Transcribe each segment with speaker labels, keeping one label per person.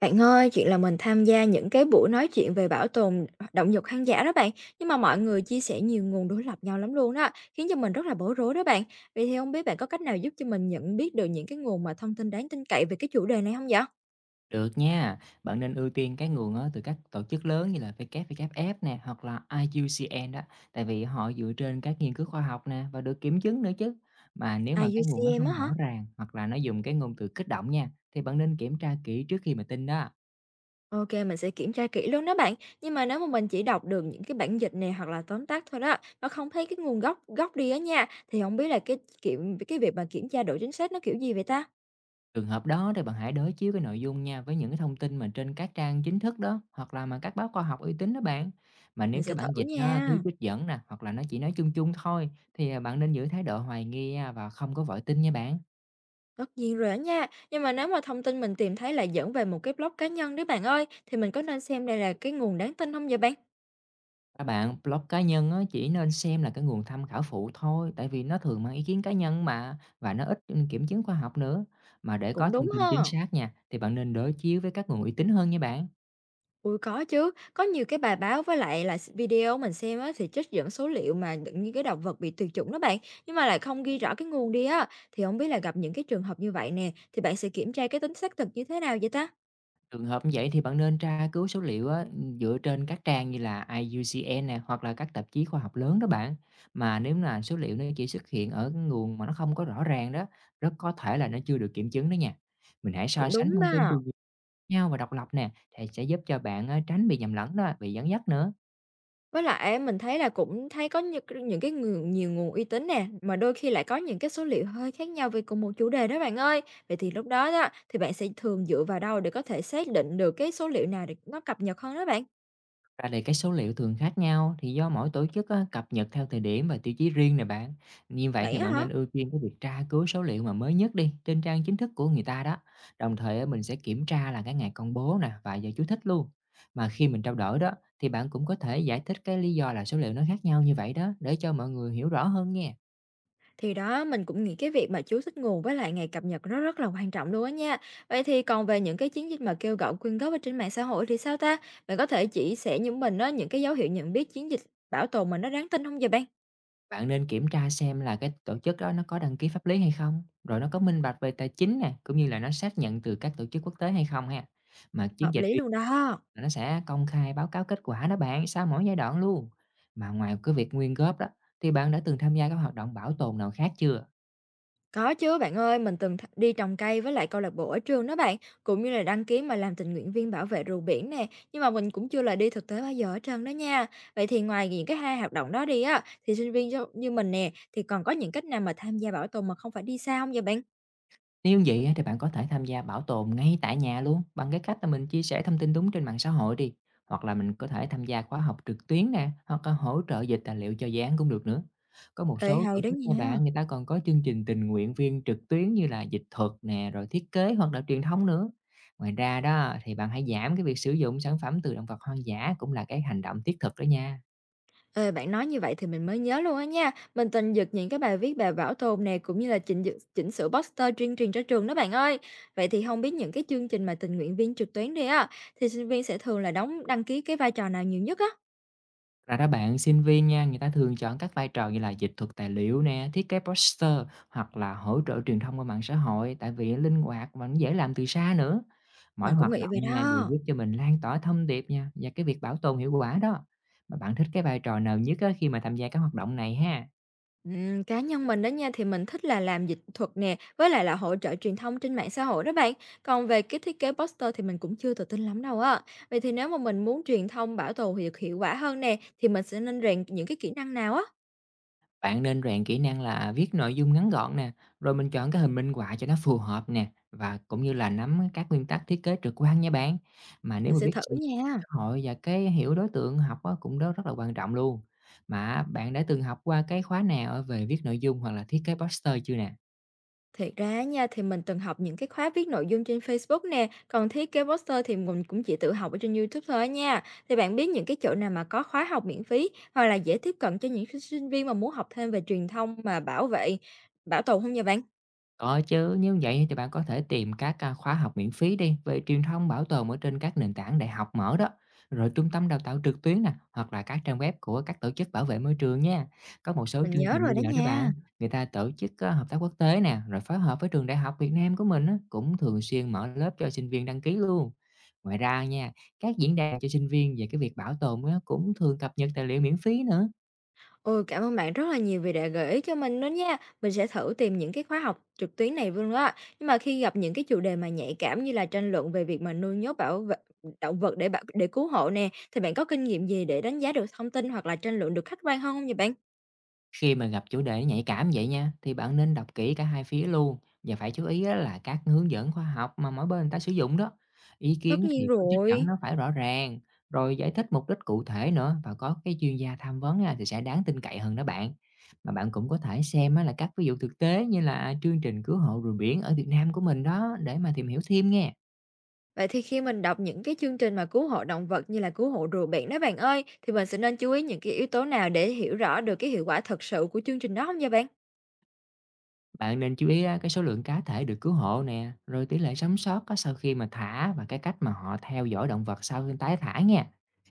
Speaker 1: Bạn ơi, chuyện là mình tham gia những cái buổi nói chuyện về bảo tồn động vật hoang dã đó bạn, nhưng mà mọi người chia sẻ nhiều nguồn đối lập nhau lắm luôn đó, khiến cho mình rất là bối rối đó bạn. Vậy thì không biết bạn có cách nào giúp cho mình nhận biết được những cái nguồn mà thông tin đáng tin cậy về cái chủ đề này không vậy?
Speaker 2: Được nha, bạn nên ưu tiên cái nguồn á, từ các tổ chức lớn như là WWF nè hoặc là IUCN đó, tại vì họ dựa trên các nghiên cứu khoa học nè và được kiểm chứng nữa chứ. Mà nếu mà cái nguồn nó
Speaker 1: IUCN á
Speaker 2: không rõ
Speaker 1: hả?
Speaker 2: ràng hoặc là nó dùng cái ngôn từ kích động nha, thì bạn nên kiểm tra kỹ trước khi mà tin đó.
Speaker 1: Ok, mình sẽ kiểm tra kỹ luôn đó bạn. Nhưng mà nếu mà mình chỉ đọc được những cái bản dịch này hoặc là tóm tắt thôi đó, mà không thấy cái nguồn gốc gốc đi á nha, thì không biết là cái việc mà kiểm tra độ chính xác nó kiểu gì vậy ta?
Speaker 2: Trường hợp đó thì bạn hãy đối chiếu cái nội dung nha với những cái thông tin mà trên các trang chính thức đó hoặc là mà các báo khoa học uy tín đó bạn. Mà nếu
Speaker 1: Mình
Speaker 2: cái
Speaker 1: sẽ
Speaker 2: bản
Speaker 1: thử
Speaker 2: dịch nó thiếu
Speaker 1: nha.
Speaker 2: trích dẫn nè hoặc là nó chỉ nói chung chung thôi thì bạn nên giữ thái độ hoài nghi nha, và không có vội tin nha bạn.
Speaker 1: Tất nhiên rồi á nha, nhưng mà nếu mà thông tin mình tìm thấy là dẫn về một cái blog cá nhân đấy bạn ơi, thì mình có nên xem đây là cái nguồn đáng tin không vậy bạn?
Speaker 2: Các bạn, blog cá nhân á, chỉ nên xem là cái nguồn tham khảo phụ thôi, tại vì nó thường mang ý kiến cá nhân mà và nó ít kiểm chứng khoa học nữa. Mà để có
Speaker 1: Cũng đúng
Speaker 2: thông tin chính
Speaker 1: ha.
Speaker 2: xác nha, thì bạn nên đối chiếu với các nguồn uy tín hơn nha bạn.
Speaker 1: Ui có chứ, có nhiều cái bài báo với lại là video mình xem á thì trích dẫn số liệu mà những cái động vật bị tuyệt chủng đó bạn, nhưng mà lại không ghi rõ cái nguồn đi á, thì không biết là gặp những cái trường hợp như vậy nè, thì bạn sẽ kiểm tra cái tính xác thực như thế nào vậy ta?
Speaker 2: Trường hợp như vậy thì bạn nên tra cứu số liệu á, dựa trên các trang như là IUCN nè hoặc là các tạp chí khoa học lớn đó bạn. Mà nếu là số liệu nó chỉ xuất hiện ở cái nguồn mà nó không có rõ ràng đó, rất có thể là nó chưa được kiểm chứng đó nha. Mình hãy so
Speaker 1: Cũng
Speaker 2: sánh
Speaker 1: đúng
Speaker 2: thông tin từ
Speaker 1: đó.
Speaker 2: nhau và độc lập nè, thì sẽ giúp cho bạn á, tránh bị nhầm lẫn đó, bị dẫn dắt nữa.
Speaker 1: Với lại á mình thấy là cũng thấy có những cái nhiều nguồn uy tín nè, mà đôi khi lại có những cái số liệu hơi khác nhau về cùng một chủ đề đó bạn ơi. Vậy thì lúc đó đó, thì bạn sẽ thường dựa vào đâu để có thể xác định được cái số liệu nào để nó cập nhật hơn đó bạn?
Speaker 2: Ra thì cái số liệu thường khác nhau thì do mỗi tổ chức á, cập nhật theo thời điểm và tiêu chí riêng nè bạn. Như vậy thì
Speaker 1: Vậy á
Speaker 2: bạn nên
Speaker 1: hả?
Speaker 2: ưu tiên cái việc tra cứu số liệu mà mới nhất đi trên trang chính thức của người ta đó. Đồng thời á, mình sẽ kiểm tra là cái ngày công bố nè và giờ chú thích luôn. Mà khi mình trao đổi đó thì bạn cũng có thể giải thích cái lý do là số liệu nó khác nhau như vậy đó để cho mọi người hiểu rõ hơn nha.
Speaker 1: Thì đó, mình cũng nghĩ cái việc mà chú thích nguồn với lại ngày cập nhật nó rất là quan trọng luôn á nha. Vậy thì còn về những cái chiến dịch mà kêu gọi quyên góp ở trên mạng xã hội thì sao ta? Bạn có thể chỉ sẻ những mình đó những cái dấu hiệu nhận biết chiến dịch bảo tồn mà nó đáng tin không vậy bạn?
Speaker 2: Bạn nên kiểm tra xem là cái tổ chức đó nó có đăng ký pháp lý hay không, rồi nó có minh bạch về tài chính nè, cũng như là nó xác nhận từ các tổ chức quốc tế hay không ha. Mà chiến
Speaker 1: Hợp
Speaker 2: dịch
Speaker 1: lý
Speaker 2: tín
Speaker 1: luôn đó.
Speaker 2: là nó sẽ công khai báo cáo kết quả đó bạn sau mỗi giai đoạn luôn. Mà ngoài cái việc nguyên góp đó, thì bạn đã từng tham gia các hoạt động bảo tồn nào khác chưa?
Speaker 1: Có chứ bạn ơi, mình từng đi trồng cây với lại câu lạc bộ ở trường đó bạn, cũng như là đăng ký mà làm tình nguyện viên bảo vệ rùa biển nè, nhưng mà mình cũng chưa là đi thực tế bao giờ ở trơn đó nha. Vậy thì ngoài những cái hai hoạt động đó đi á, thì sinh viên do như mình nè, thì còn có những cách nào mà tham gia bảo tồn mà không phải đi xa không vậy bạn?
Speaker 2: Nếu vậy á, thì bạn có thể tham gia bảo tồn ngay tại nhà luôn bằng cái cách là mình chia sẻ thông tin đúng trên mạng xã hội đi. Hoặc là mình có thể tham gia khóa học trực tuyến nè, hoặc là hỗ trợ dịch tài liệu cho dự án cũng được nữa. Có một
Speaker 1: Ê,
Speaker 2: số
Speaker 1: hay
Speaker 2: tổ
Speaker 1: đó
Speaker 2: chức nha
Speaker 1: nha!
Speaker 2: bạn, người ta còn có chương trình tình nguyện viên trực tuyến như là dịch thuật nè, rồi thiết kế hoặc là truyền thông nữa. Ngoài ra đó thì bạn hãy giảm cái việc sử dụng sản phẩm từ động vật hoang dã cũng là cái hành động thiết thực đó nha.
Speaker 1: Ê, bạn nói như vậy thì mình mới nhớ luôn á nha. Mình tình giật những cái bài viết bài bảo tồn này cũng như là chỉnh sửa poster tuyên truyền cho trường đó bạn ơi. Vậy thì không biết những cái chương trình mà tình nguyện viên trực tuyến đi á thì sinh viên sẽ thường là đăng ký cái vai trò nào nhiều nhất á?
Speaker 2: Thật ra đó bạn, sinh viên nha, người ta thường chọn các vai trò như là dịch thuật tài liệu nè, thiết kế poster hoặc là hỗ trợ truyền thông qua mạng xã hội tại vì linh hoạt và nó dễ làm từ xa nữa. Mỗi
Speaker 1: Mình cũng
Speaker 2: hoạt
Speaker 1: nghĩ vậy
Speaker 2: động nha đều
Speaker 1: đó.
Speaker 2: giúp cho mình lan tỏa thông điệp nha và cái việc bảo tồn hiệu quả đó. Mà bạn thích cái vai trò nào nhất á, khi mà tham gia các hoạt động này ha?
Speaker 1: Cá nhân mình đó nha thì mình thích là làm dịch thuật nè với lại là hỗ trợ truyền thông trên mạng xã hội đó bạn. Còn về cái thiết kế poster thì mình cũng chưa tự tin lắm đâu á. Vậy thì nếu mà mình muốn truyền thông bảo tồn hiệu hiệu quả hơn nè thì mình sẽ nên rèn những cái kỹ năng nào á?
Speaker 2: Bạn nên rèn kỹ năng là viết nội dung ngắn gọn nè, rồi mình chọn cái hình minh họa cho nó phù hợp nè và cũng như là nắm các nguyên tắc thiết kế trực quan nha bạn. Mà nếu
Speaker 1: Mình
Speaker 2: mà
Speaker 1: sẽ
Speaker 2: biết
Speaker 1: thử
Speaker 2: sử dụng
Speaker 1: nha.
Speaker 2: xã hội và cái hiểu đối tượng học á, cũng đó rất là quan trọng luôn. Mà bạn đã từng học qua cái khóa nào ở về viết nội dung hoặc là thiết kế poster chưa nè?
Speaker 1: Thiệt ra nha, thì mình từng học những cái khóa viết nội dung trên Facebook nè, còn thiết kế poster thì mình cũng chỉ tự học ở trên YouTube thôi á nha. Thì bạn biết những cái chỗ nào mà có khóa học miễn phí hoặc là dễ tiếp cận cho những cái sinh viên mà muốn học thêm về truyền thông mà bảo tồn không nha bạn?
Speaker 2: Có chứ, nếu vậy thì bạn có thể tìm các, khóa học miễn phí đi về truyền thông bảo tồn ở trên các nền tảng đại học mở đó, rồi trung tâm đào tạo trực tuyến nè, hoặc là các trang web của các tổ chức bảo vệ môi trường nha. Có một số
Speaker 1: Mình
Speaker 2: chương
Speaker 1: nhớ
Speaker 2: trình
Speaker 1: rồi
Speaker 2: bây
Speaker 1: đó
Speaker 2: giờ đó bạn,
Speaker 1: nha.
Speaker 2: người ta tổ chức, hợp tác quốc tế nè, rồi phối hợp với trường đại học Việt Nam của mình á, cũng thường xuyên mở lớp cho sinh viên đăng ký luôn. Ngoài ra nha, các diễn đàn cho sinh viên về cái việc bảo tồn á, cũng thường cập nhật tài liệu miễn phí nữa.
Speaker 1: Ôi, cảm ơn bạn rất là nhiều vì đã gợi ý cho mình đó nha. Mình sẽ thử tìm những cái khóa học trực tuyến này luôn đó. Nhưng mà khi gặp những cái chủ đề mà nhạy cảm như là tranh luận về việc mà nuôi nhốt bảo vệ động vật để cứu hộ nè, thì bạn có kinh nghiệm gì để đánh giá được thông tin hoặc là tranh luận được khách quan hơn không vậy bạn?
Speaker 2: Khi mà gặp chủ đề nhạy cảm vậy nha, thì bạn nên đọc kỹ cả hai phía luôn và phải chú ý á là các hướng dẫn khoa học mà mỗi bên người ta sử dụng đó. Ý
Speaker 1: Tất
Speaker 2: kiến
Speaker 1: nhiên
Speaker 2: thì có trích dẫn
Speaker 1: rồi.
Speaker 2: nó phải rõ ràng, rồi giải thích mục đích cụ thể nữa và có cái chuyên gia tham vấn á thì sẽ đáng tin cậy hơn đó bạn. Mà bạn cũng có thể xem á là các ví dụ thực tế như là chương trình cứu hộ rùa biển ở Việt Nam của mình đó để mà tìm hiểu thêm nghe.
Speaker 1: Vậy thì khi mình đọc những cái chương trình mà cứu hộ động vật như là cứu hộ rùa biển đó bạn ơi, thì mình sẽ nên chú ý những cái yếu tố nào để hiểu rõ được cái hiệu quả thật sự của chương trình đó không nha bạn?
Speaker 2: Bạn nên chú ý á, cái số lượng cá thể được cứu hộ nè, rồi tỷ lệ sống sót á, sau khi mà thả và cái cách mà họ theo dõi động vật sau khi tái thả nha.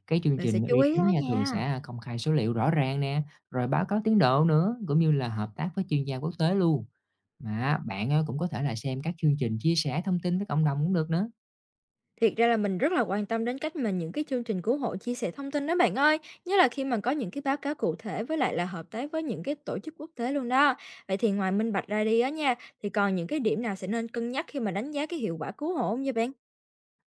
Speaker 2: Cái chương
Speaker 1: Mình sẽ
Speaker 2: trình
Speaker 1: chú
Speaker 2: uy
Speaker 1: ý đó
Speaker 2: tín nha thường
Speaker 1: nha.
Speaker 2: sẽ công khai số liệu rõ ràng nè, rồi báo cáo tiến độ nữa, cũng như là hợp tác với chuyên gia quốc tế luôn. Mà bạn á, cũng có thể là xem các chương trình chia sẻ thông tin với cộng đồng cũng được nữa.
Speaker 1: Thiệt ra là mình rất là quan tâm đến cách mà những cái chương trình cứu hộ chia sẻ thông tin đó bạn ơi, nhất là khi mà có những cái báo cáo cụ thể với lại là hợp tác với những cái tổ chức quốc tế luôn đó. Vậy thì ngoài minh bạch ra đi á nha, thì còn những cái điểm nào sẽ nên cân nhắc khi mà đánh giá cái hiệu quả cứu hộ không nha bạn?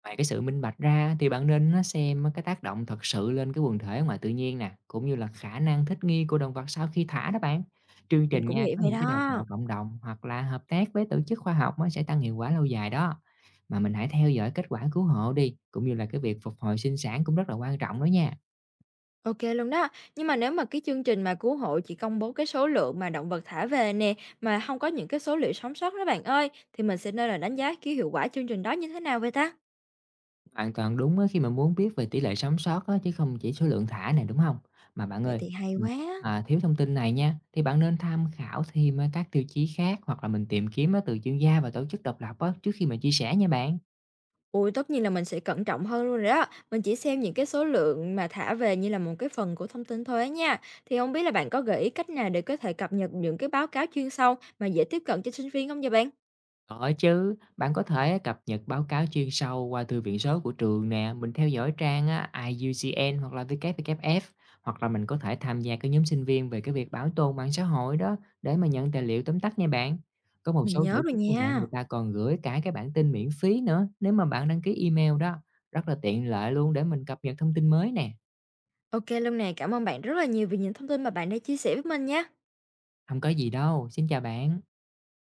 Speaker 2: Ngoài cái sự minh bạch ra thì bạn nên nó xem cái tác động thật sự lên cái quần thể ngoài tự nhiên nè, cũng như là khả năng thích nghi của động vật sau khi thả đó bạn. Chương
Speaker 1: Mình
Speaker 2: trình
Speaker 1: cũng
Speaker 2: nha,
Speaker 1: nghĩ
Speaker 2: có
Speaker 1: vậy
Speaker 2: những cái đào
Speaker 1: đó.
Speaker 2: tạo cộng đồng hoặc là hợp tác với tổ chức khoa học nó sẽ tăng hiệu quả lâu dài đó. Mà mình hãy theo dõi kết quả cứu hộ đi, cũng như là cái việc phục hồi sinh sản cũng rất là quan trọng đó nha.
Speaker 1: Ok luôn đó. Nhưng mà nếu mà cái chương trình mà cứu hộ chỉ công bố cái số lượng mà động vật thả về nè, mà không có những cái số liệu sống sót đó bạn ơi, thì mình sẽ nên là đánh giá cái hiệu quả chương trình đó như thế nào vậy ta?
Speaker 2: Hoàn toàn đúng á, khi mà muốn biết về tỷ lệ sống sót á, chứ không chỉ số lượng thả này, đúng không? Mà bạn
Speaker 1: Vậy
Speaker 2: ơi,
Speaker 1: thì hay
Speaker 2: ừm,
Speaker 1: quá.
Speaker 2: thiếu thông tin này nha, thì bạn nên tham khảo thêm, các tiêu chí khác hoặc là mình tìm kiếm á từ chuyên gia và tổ chức độc lập á, trước khi mà chia sẻ nha bạn.
Speaker 1: Ui, tất nhiên là mình sẽ cẩn trọng hơn luôn rồi đó. Mình chỉ xem những cái số lượng mà thả về như là một cái phần của thông tin thôi á nha. Thì không biết là bạn có gợi ý cách nào để có thể cập nhật những cái báo cáo chuyên sâu mà dễ tiếp cận cho sinh viên không vậy bạn?
Speaker 2: Có chứ, bạn có thể cập nhật báo cáo chuyên sâu qua thư viện số của trường nè, mình theo dõi trang á, IUCN hoặc là WWF, hoặc là mình có thể tham gia cái nhóm sinh viên về cái việc bảo tồn mạng xã hội đó để mà nhận tài liệu tóm tắt nha bạn. Có một
Speaker 1: Mình
Speaker 2: số
Speaker 1: nhớ
Speaker 2: tổ
Speaker 1: rồi
Speaker 2: chức như bạn người
Speaker 1: nha.
Speaker 2: ta còn gửi cả cái bản tin miễn phí nữa nếu mà bạn đăng ký email đó, rất là tiện lợi luôn để mình cập nhật thông tin mới nè.
Speaker 1: Ok luôn nè, cảm ơn bạn rất là nhiều vì những thông tin mà bạn đã chia sẻ với mình nha.
Speaker 2: Không có gì đâu, xin chào bạn.